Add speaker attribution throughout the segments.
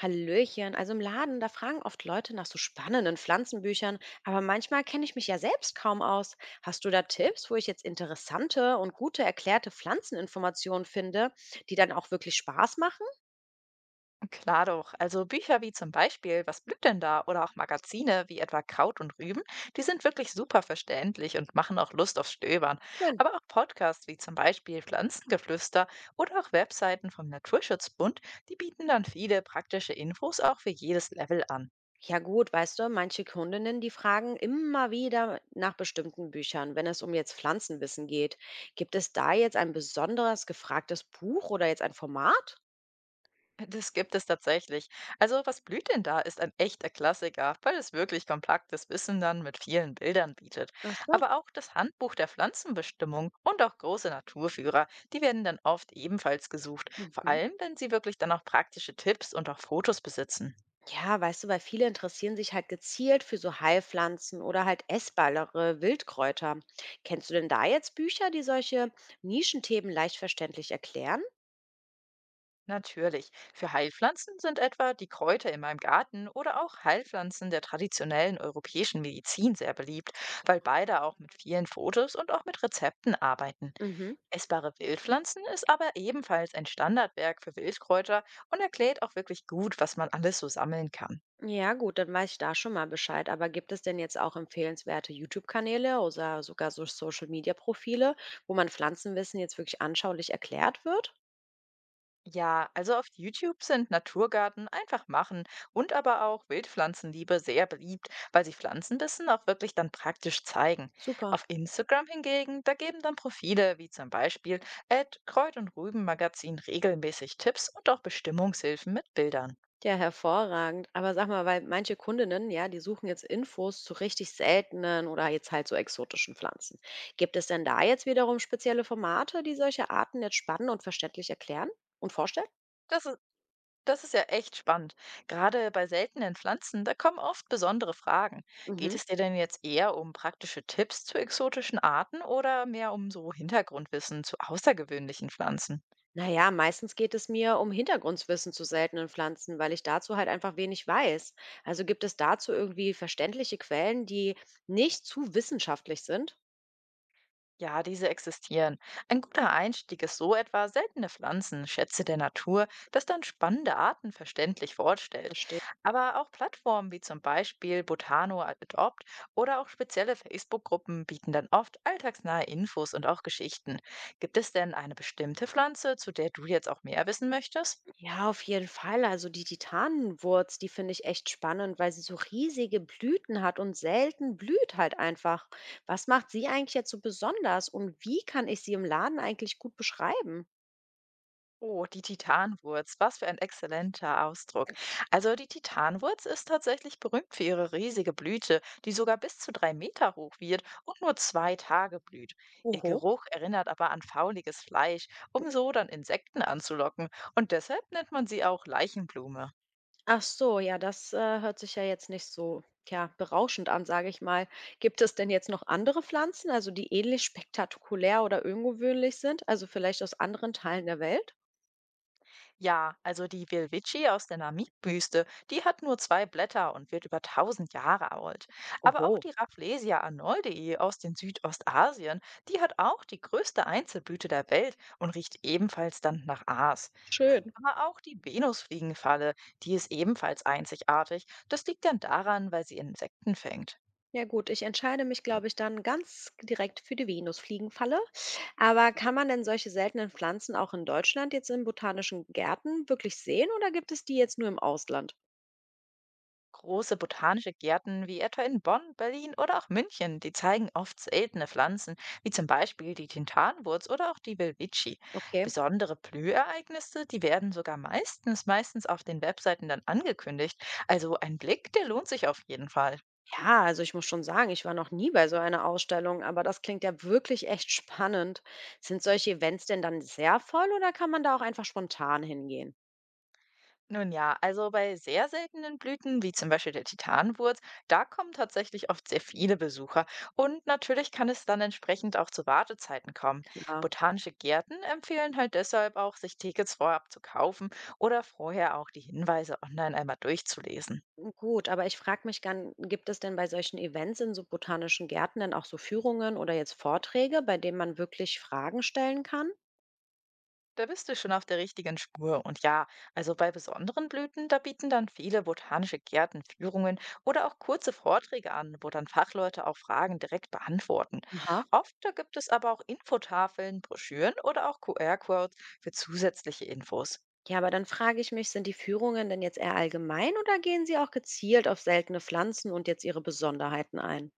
Speaker 1: Hallöchen, also im Laden, da fragen oft Leute nach so spannenden Pflanzenbüchern, aber manchmal kenne ich mich ja selbst kaum aus. Hast du da Tipps, wo ich jetzt interessante und gute erklärte Pflanzeninformationen finde, die dann auch wirklich Spaß machen?
Speaker 2: Klar doch. Also Bücher wie zum Beispiel Was blüht denn da? Oder auch Magazine wie etwa Kraut und Rüben, die sind wirklich super verständlich und machen auch Lust auf Stöbern.
Speaker 1: Schön.
Speaker 2: Aber auch Podcasts wie zum Beispiel Pflanzengeflüster oder auch Webseiten vom Naturschutzbund, die bieten dann viele praktische Infos auch für jedes Level an.
Speaker 1: Ja gut, weißt du, manche Kundinnen, die fragen immer wieder nach bestimmten Büchern, wenn es um jetzt Pflanzenwissen geht. Gibt es da jetzt ein besonders gefragtes Buch oder jetzt ein Format?
Speaker 2: Das gibt es tatsächlich. Also, was blüht denn da ist ein echter Klassiker, weil es wirklich kompaktes Wissen dann mit vielen Bildern bietet.
Speaker 1: Ach so.
Speaker 2: Aber auch das Handbuch der Pflanzenbestimmung und auch große Naturführer, die werden dann oft ebenfalls gesucht, vor
Speaker 1: Mhm.
Speaker 2: allem wenn sie wirklich dann auch praktische Tipps und auch Fotos besitzen.
Speaker 1: Ja, weißt du, weil viele interessieren sich halt gezielt für so Heilpflanzen oder halt essbare Wildkräuter. Kennst du denn da jetzt Bücher, die solche Nischenthemen leicht verständlich erklären?
Speaker 2: Natürlich, für Heilpflanzen sind etwa die Kräuter in meinem Garten oder auch Heilpflanzen der traditionellen europäischen Medizin sehr beliebt, weil beide auch mit vielen Fotos und auch mit Rezepten arbeiten.
Speaker 1: Mhm.
Speaker 2: Essbare Wildpflanzen ist aber ebenfalls ein Standardwerk für Wildkräuter und erklärt auch wirklich gut, was man alles so sammeln kann.
Speaker 1: Ja, gut, dann weiß ich da schon mal Bescheid. Aber gibt es denn jetzt auch empfehlenswerte YouTube-Kanäle oder sogar so Social-Media-Profile, wo man Pflanzenwissen jetzt wirklich anschaulich erklärt wird?
Speaker 2: Ja, also auf YouTube sind Naturgarten einfach machen und aber auch Wildpflanzenliebe sehr beliebt, weil sie Pflanzenwissen auch wirklich dann praktisch zeigen.
Speaker 1: Super.
Speaker 2: Auf Instagram hingegen, da geben dann Profile wie zum Beispiel at Kräut- und Rübenmagazin regelmäßig Tipps und auch Bestimmungshilfen mit Bildern.
Speaker 1: Ja, hervorragend. Aber sag mal, weil manche Kundinnen, ja, die suchen jetzt Infos zu richtig seltenen oder jetzt halt so exotischen Pflanzen. Gibt es denn da jetzt wiederum spezielle Formate, die solche Arten jetzt spannend und verständlich erklären und vorstellen?
Speaker 2: Das ist Das ist ja echt spannend. Gerade bei seltenen Pflanzen, da kommen oft besondere Fragen. Geht
Speaker 1: Mhm.
Speaker 2: es dir denn jetzt eher um praktische Tipps zu exotischen Arten oder mehr um so Hintergrundwissen zu außergewöhnlichen Pflanzen?
Speaker 1: Naja, meistens geht es mir um Hintergrundwissen zu seltenen Pflanzen, weil ich dazu halt einfach wenig weiß. Also gibt es dazu irgendwie verständliche Quellen, die nicht zu wissenschaftlich sind?
Speaker 2: Ja, diese existieren. Ein guter Einstieg ist so etwa seltene Pflanzen, Schätze der Natur, das dann spannende Arten verständlich vorstellt.
Speaker 1: Verstehe.
Speaker 2: Aber auch Plattformen wie zum Beispiel Botano Adopt oder auch spezielle Facebook-Gruppen bieten dann oft alltagsnahe Infos und auch Geschichten. Gibt es denn eine bestimmte Pflanze, zu der du jetzt auch mehr wissen möchtest?
Speaker 1: Ja, auf jeden Fall. Also die Titanenwurz, die finde ich echt spannend, weil sie so riesige Blüten hat und selten blüht halt einfach. Was macht sie eigentlich jetzt so besonders und wie kann ich sie im Laden eigentlich gut beschreiben?
Speaker 2: Oh, die Titanwurz. Was für ein exzellenter Ausdruck. Also die Titanwurz ist tatsächlich berühmt für ihre riesige Blüte, die sogar bis zu drei Meter hoch wird und nur zwei Tage blüht. Ihr
Speaker 1: Oho.
Speaker 2: Geruch erinnert aber an fauliges Fleisch, um so dann Insekten anzulocken. Und deshalb nennt man sie auch Leichenblume.
Speaker 1: Ach so, ja, das hört sich ja jetzt nicht so, ja, berauschend an, sage ich mal. Gibt es denn jetzt noch andere Pflanzen, also die ähnlich spektakulär oder ungewöhnlich sind, also vielleicht aus anderen Teilen der Welt?
Speaker 2: Ja, also die Wilwitschi aus der Namib-Wüste, die hat nur zwei Blätter und wird über tausend Jahre alt. Aber auch
Speaker 1: Oho.
Speaker 2: die Rafflesia arnoldii aus den Südostasien, die hat auch die größte Einzelblüte der Welt und riecht ebenfalls dann nach Aas.
Speaker 1: Schön.
Speaker 2: Aber auch die Venusfliegenfalle, die ist ebenfalls einzigartig. Das liegt dann daran, weil sie Insekten fängt.
Speaker 1: Ja gut, ich entscheide mich, glaube ich, dann ganz direkt für die Venusfliegenfalle. Aber kann man denn solche seltenen Pflanzen auch in Deutschland jetzt in botanischen Gärten wirklich sehen oder gibt es die jetzt nur im Ausland?
Speaker 2: Große botanische Gärten wie etwa in Bonn, Berlin oder auch München, die zeigen oft seltene Pflanzen, wie zum Beispiel die Tintanwurz oder auch die Welwitschi.
Speaker 1: Okay.
Speaker 2: Besondere Blühereignisse, die werden sogar meistens auf den Webseiten dann angekündigt. Also ein Blick, der lohnt sich auf jeden Fall.
Speaker 1: Ja, also ich muss schon sagen, ich war noch nie bei so einer Ausstellung, aber das klingt ja wirklich echt spannend. Sind solche Events denn dann sehr voll oder kann man da auch einfach spontan hingehen?
Speaker 2: Nun ja, also bei sehr seltenen Blüten, wie zum Beispiel der Titanwurz, da kommen tatsächlich oft sehr viele Besucher und natürlich kann es dann entsprechend auch zu Wartezeiten kommen.
Speaker 1: Klar.
Speaker 2: Botanische Gärten empfehlen halt deshalb auch, sich Tickets vorab zu kaufen oder vorher auch die Hinweise online einmal durchzulesen.
Speaker 1: Gut, aber ich frage mich gern, gibt es denn bei solchen Events in so botanischen Gärten denn auch so Führungen oder jetzt Vorträge, bei denen man wirklich Fragen stellen kann?
Speaker 2: Da bist du schon auf der richtigen Spur. Und ja, also bei besonderen Blüten, da bieten dann viele botanische Gärten Führungen oder auch kurze Vorträge an, wo dann Fachleute auch Fragen direkt beantworten.
Speaker 1: Aha.
Speaker 2: Oft da gibt es aber auch Infotafeln, Broschüren oder auch QR-Codes für zusätzliche Infos.
Speaker 1: Ja, aber dann frage ich mich, sind die Führungen denn jetzt eher allgemein oder gehen sie auch gezielt auf seltene Pflanzen und jetzt ihre Besonderheiten ein?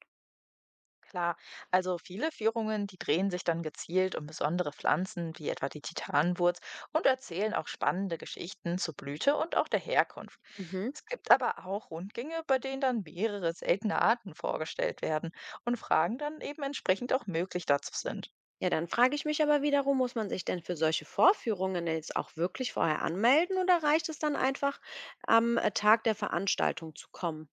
Speaker 2: Klar, also viele Führungen, die drehen sich dann gezielt um besondere Pflanzen wie etwa die Titanenwurz und erzählen auch spannende Geschichten zur Blüte und auch der Herkunft.
Speaker 1: Mhm.
Speaker 2: Es gibt aber auch Rundgänge, bei denen dann mehrere seltene Arten vorgestellt werden und Fragen dann eben entsprechend auch möglich dazu sind.
Speaker 1: Ja, dann frage ich mich aber wiederum, muss man sich denn für solche Vorführungen denn jetzt auch wirklich vorher anmelden oder reicht es dann einfach, am Tag der Veranstaltung zu kommen?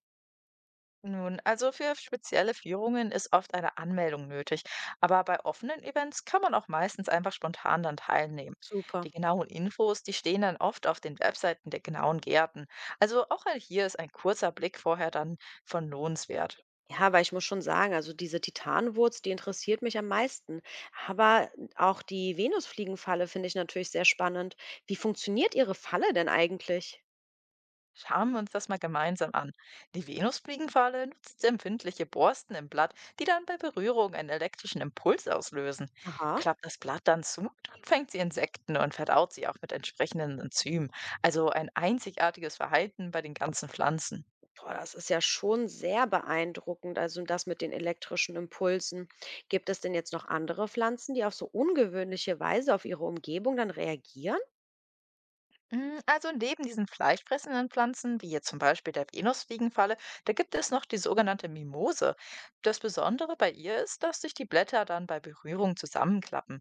Speaker 2: Nun, also für spezielle Führungen ist oft eine Anmeldung nötig, aber bei offenen Events kann man auch meistens einfach spontan dann teilnehmen.
Speaker 1: Super.
Speaker 2: Die genauen Infos, die stehen dann oft auf den Webseiten der genauen Gärten. Also auch hier ist ein kurzer Blick vorher dann von lohnenswert.
Speaker 1: Ja, aber ich muss schon sagen, also diese Titanwurz, die interessiert mich am meisten. Aber auch die Venusfliegenfalle finde ich natürlich sehr spannend. Wie funktioniert Ihre Falle denn eigentlich?
Speaker 2: Schauen wir uns das mal gemeinsam an. Die Venusfliegenfalle nutzt empfindliche Borsten im Blatt, die dann bei Berührung einen elektrischen Impuls auslösen.
Speaker 1: Aha.
Speaker 2: Klappt das Blatt dann zu, dann fängt sie Insekten und verdaut sie auch mit entsprechenden Enzymen. Also ein einzigartiges Verhalten bei den ganzen Pflanzen.
Speaker 1: Boah, das ist ja schon sehr beeindruckend, also das mit den elektrischen Impulsen. Gibt es denn jetzt noch andere Pflanzen, die auf so ungewöhnliche Weise auf ihre Umgebung dann reagieren?
Speaker 2: Mm, also neben diesen fleischfressenden Pflanzen, wie jetzt zum Beispiel der Venusfliegenfalle, da gibt es noch die sogenannte Mimose. Das Besondere bei ihr ist, dass sich die Blätter dann bei Berührung zusammenklappen.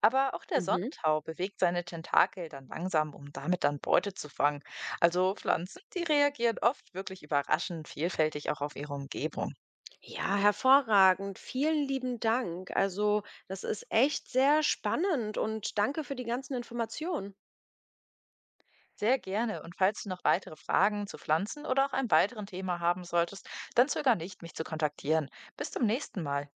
Speaker 2: Aber auch der
Speaker 1: Mhm.
Speaker 2: Sonnentau bewegt seine Tentakel dann langsam, um damit dann Beute zu fangen. Also Pflanzen, die reagieren oft wirklich überraschend vielfältig auch auf ihre Umgebung.
Speaker 1: Ja, hervorragend. Vielen lieben Dank. Also, das ist echt sehr spannend und danke für die ganzen Informationen.
Speaker 2: Sehr gerne. Und falls du noch weitere Fragen zu Pflanzen oder auch einem weiteren Thema haben solltest, dann zöger nicht, mich zu kontaktieren. Bis zum nächsten Mal.